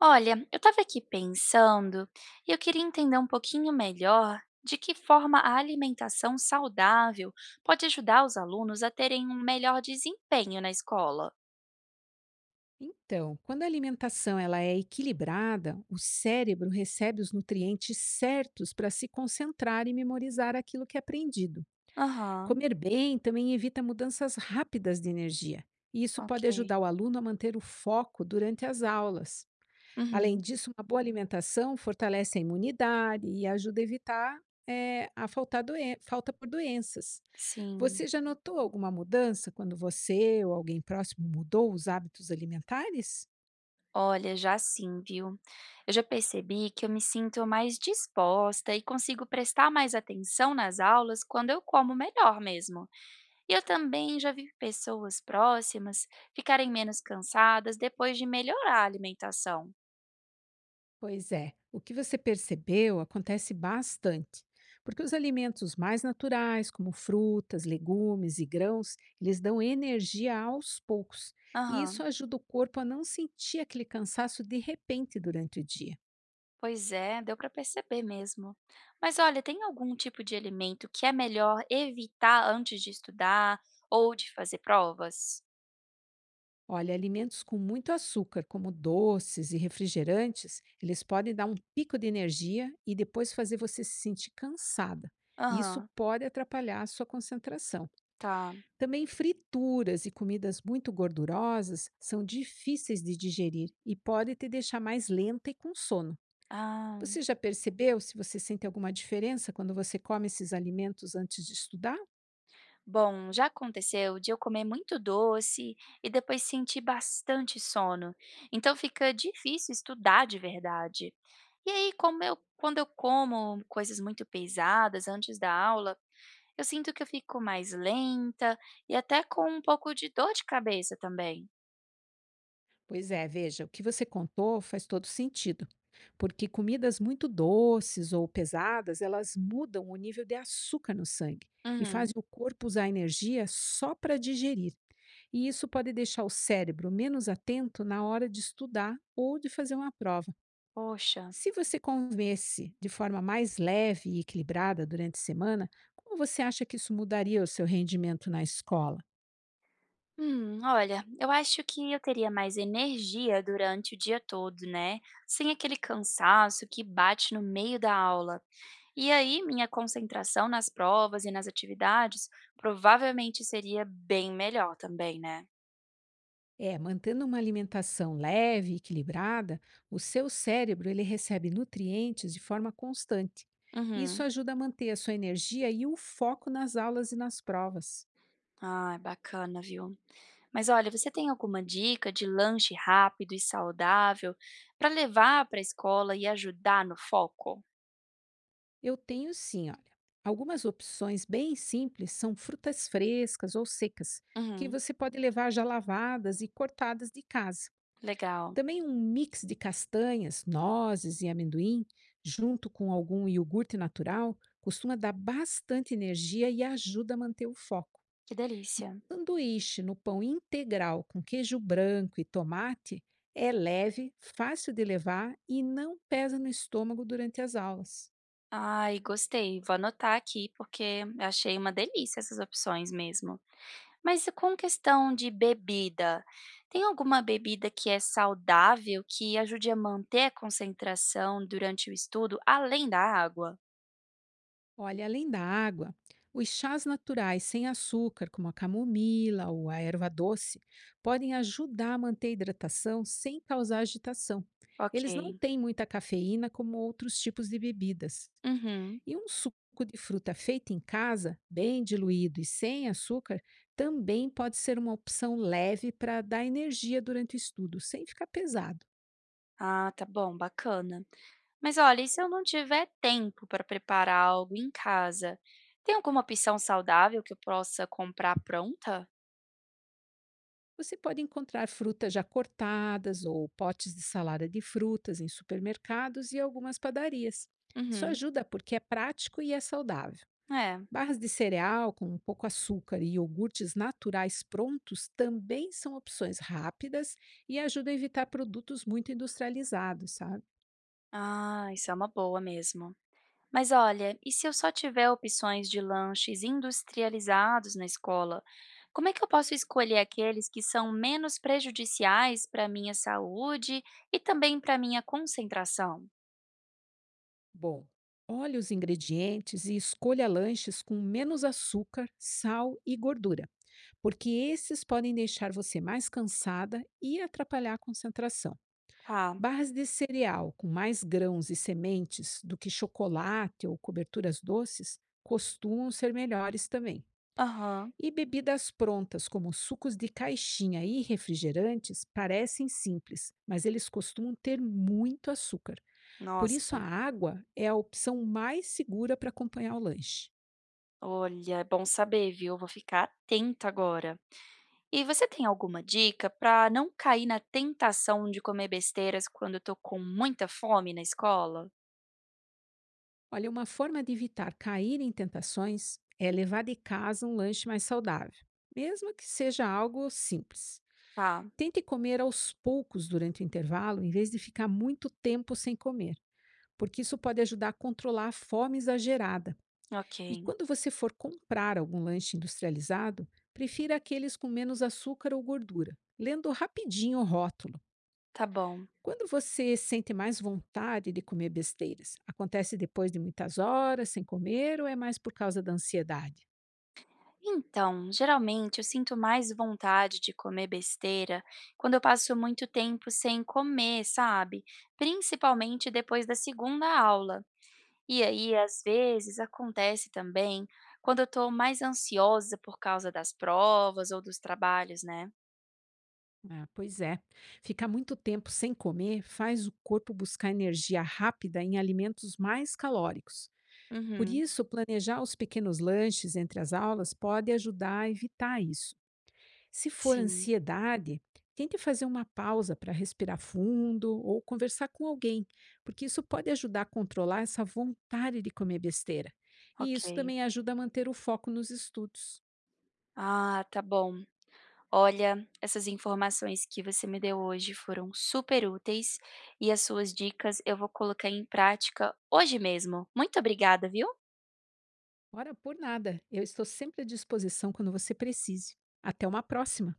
Olha, eu estava aqui pensando e eu queria entender um pouquinho melhor de que forma a alimentação saudável pode ajudar os alunos a terem um melhor desempenho na escola. Então, quando a alimentação ela é equilibrada, o cérebro recebe os nutrientes certos para se concentrar e memorizar aquilo que é aprendido. Aham, Comer bem também evita mudanças rápidas de energia, e isso pode ok. ajudar o aluno a manter o foco durante as aulas. Além Uhum, disso, uma boa alimentação fortalece a imunidade e ajuda a evitar a falta por doenças. sim. Você já notou alguma mudança quando você ou alguém próximo mudou os hábitos alimentares? Olha, já sim, viu? Eu já percebi que eu me sinto mais disposta e consigo prestar mais atenção nas aulas quando eu como melhor mesmo. E eu também já vi pessoas próximas ficarem menos cansadas depois de melhorar a alimentação. Pois é, o que você percebeu acontece bastante, porque os alimentos mais naturais, como frutas, legumes e grãos, eles dão energia aos poucos, e isso Aham, ajuda o corpo a não sentir aquele cansaço de repente durante o dia. pois é, deu para perceber mesmo. Mas olha, tem algum tipo de alimento que é melhor evitar antes de estudar ou de fazer provas? Olha, alimentos com muito açúcar, como doces e refrigerantes, eles podem dar um pico de energia e depois fazer você se sentir cansada. Isso Aham, pode atrapalhar a sua concentração. tá. Também frituras e comidas muito gordurosas são difíceis de digerir e podem te deixar mais lenta e com sono. Ah. Você já percebeu se você sente alguma diferença quando você come esses alimentos antes de estudar? Bom, já aconteceu de eu comer muito doce e depois sentir bastante sono, então fica difícil estudar de verdade. E aí, quando eu como coisas muito pesadas antes da aula, eu sinto que eu fico mais lenta e até com um pouco de dor de cabeça também. Pois é, veja, o que você contou faz todo sentido, porque comidas muito doces ou pesadas, elas mudam o nível de açúcar no sangue e Uhum, fazem o corpo usar energia só para digerir. E isso pode deixar o cérebro menos atento na hora de estudar ou de fazer uma prova. poxa. Se você comesse de forma mais leve e equilibrada durante a semana, como você acha que isso mudaria o seu rendimento na escola? Olha, eu acho que eu teria mais energia durante o dia todo, né? Sem aquele cansaço que bate no meio da aula. E aí, minha concentração nas provas e nas atividades provavelmente seria bem melhor também, né? É, mantendo uma alimentação leve e equilibrada, o seu cérebro ele recebe nutrientes de forma constante. Isso Uhum. ajuda a manter a sua energia e o foco nas aulas e nas provas. Ai, bacana, viu? Mas olha, você tem alguma dica de lanche rápido e saudável para levar para a escola e ajudar no foco? Eu tenho sim, olha. Algumas opções bem simples são frutas frescas ou secas, que Uhum. você pode levar já lavadas e cortadas de casa. Legal. Também um mix de castanhas, nozes e amendoim, junto com algum iogurte natural, costuma dar bastante energia e ajuda a manter o foco. Que E delícia. um sanduíche no pão integral com queijo branco e tomate é leve, fácil de levar e não pesa no estômago durante as aulas. Ai, gostei. Vou anotar aqui porque achei uma delícia essas opções mesmo. Mas e com questão de bebida, tem alguma bebida que é saudável, que ajude a manter a concentração durante o estudo, além da água? Olha, além da água, os chás naturais sem açúcar, como a camomila ou a erva doce, podem ajudar a manter a hidratação sem causar agitação. Ok. Eles não têm muita cafeína como outros tipos de bebidas. Uhum. E um suco de fruta feito em casa, bem diluído e sem açúcar, também pode ser uma opção leve para dar energia durante o estudo, sem ficar pesado. Ah, tá bom, bacana. Mas olha, e se eu não tiver tempo para preparar algo em casa, tem alguma opção saudável que eu possa comprar pronta? Você pode encontrar frutas já cortadas ou potes de salada de frutas em supermercados e algumas padarias. Isso Uhum. ajuda porque é prático e é saudável. É. Barras de cereal com um pouco açúcar e iogurtes naturais prontos também são opções rápidas e ajudam a evitar produtos muito industrializados, sabe? Ah, isso é uma boa mesmo. Mas olha, e se eu só tiver opções de lanches industrializados na escola, como é que eu posso escolher aqueles que são menos prejudiciais para a minha saúde e também para a minha concentração? Bom, olhe os ingredientes e escolha lanches com menos açúcar, sal e gordura porque esses podem deixar você mais cansada e atrapalhar a concentração. Tá. Barras de cereal com mais grãos e sementes do que chocolate ou coberturas doces costumam ser melhores também. Aham. E bebidas prontas, como sucos de caixinha e refrigerantes, parecem simples, mas eles costumam ter muito açúcar. Por isso, a Nossa. água é a opção mais segura para acompanhar o lanche. Olha, é bom saber, viu? Eu vou ficar atenta agora. E você tem alguma dica para não cair na tentação de comer besteiras quando eu tô com muita fome na escola? Olha, uma forma de evitar cair em tentações é levar de casa um lanche mais saudável, mesmo que seja algo simples. Tá. Tente comer aos poucos durante o intervalo, em vez de ficar muito tempo sem comer, porque isso pode ajudar a controlar a fome exagerada. Ok, E quando você for comprar algum lanche industrializado, prefira aqueles com menos açúcar ou gordura, lendo rapidinho o rótulo. tá bom. Quando você sente mais vontade de comer besteiras? Acontece depois de muitas horas sem comer ou é mais por causa da ansiedade? Então, geralmente eu sinto mais vontade de comer besteira quando eu passo muito tempo sem comer, sabe? Principalmente depois da segunda aula. E aí, às vezes, acontece também quando eu tô mais ansiosa por causa das provas ou dos trabalhos, né? Ah, pois é. Ficar muito tempo sem comer faz o corpo buscar energia rápida em alimentos mais calóricos. Por Uhum, isso, planejar os pequenos lanches entre as aulas pode ajudar a evitar isso. Se for sim, ansiedade, tente fazer uma pausa para respirar fundo ou conversar com alguém, porque isso pode ajudar a controlar essa vontade de comer besteira. E ok. isso também ajuda a manter o foco nos estudos. Ah, tá bom. Olha, essas informações que você me deu hoje foram super úteis e as suas dicas eu vou colocar em prática hoje mesmo. Muito obrigada, viu? Ora, por nada, eu estou sempre à disposição quando você precise. Até uma próxima!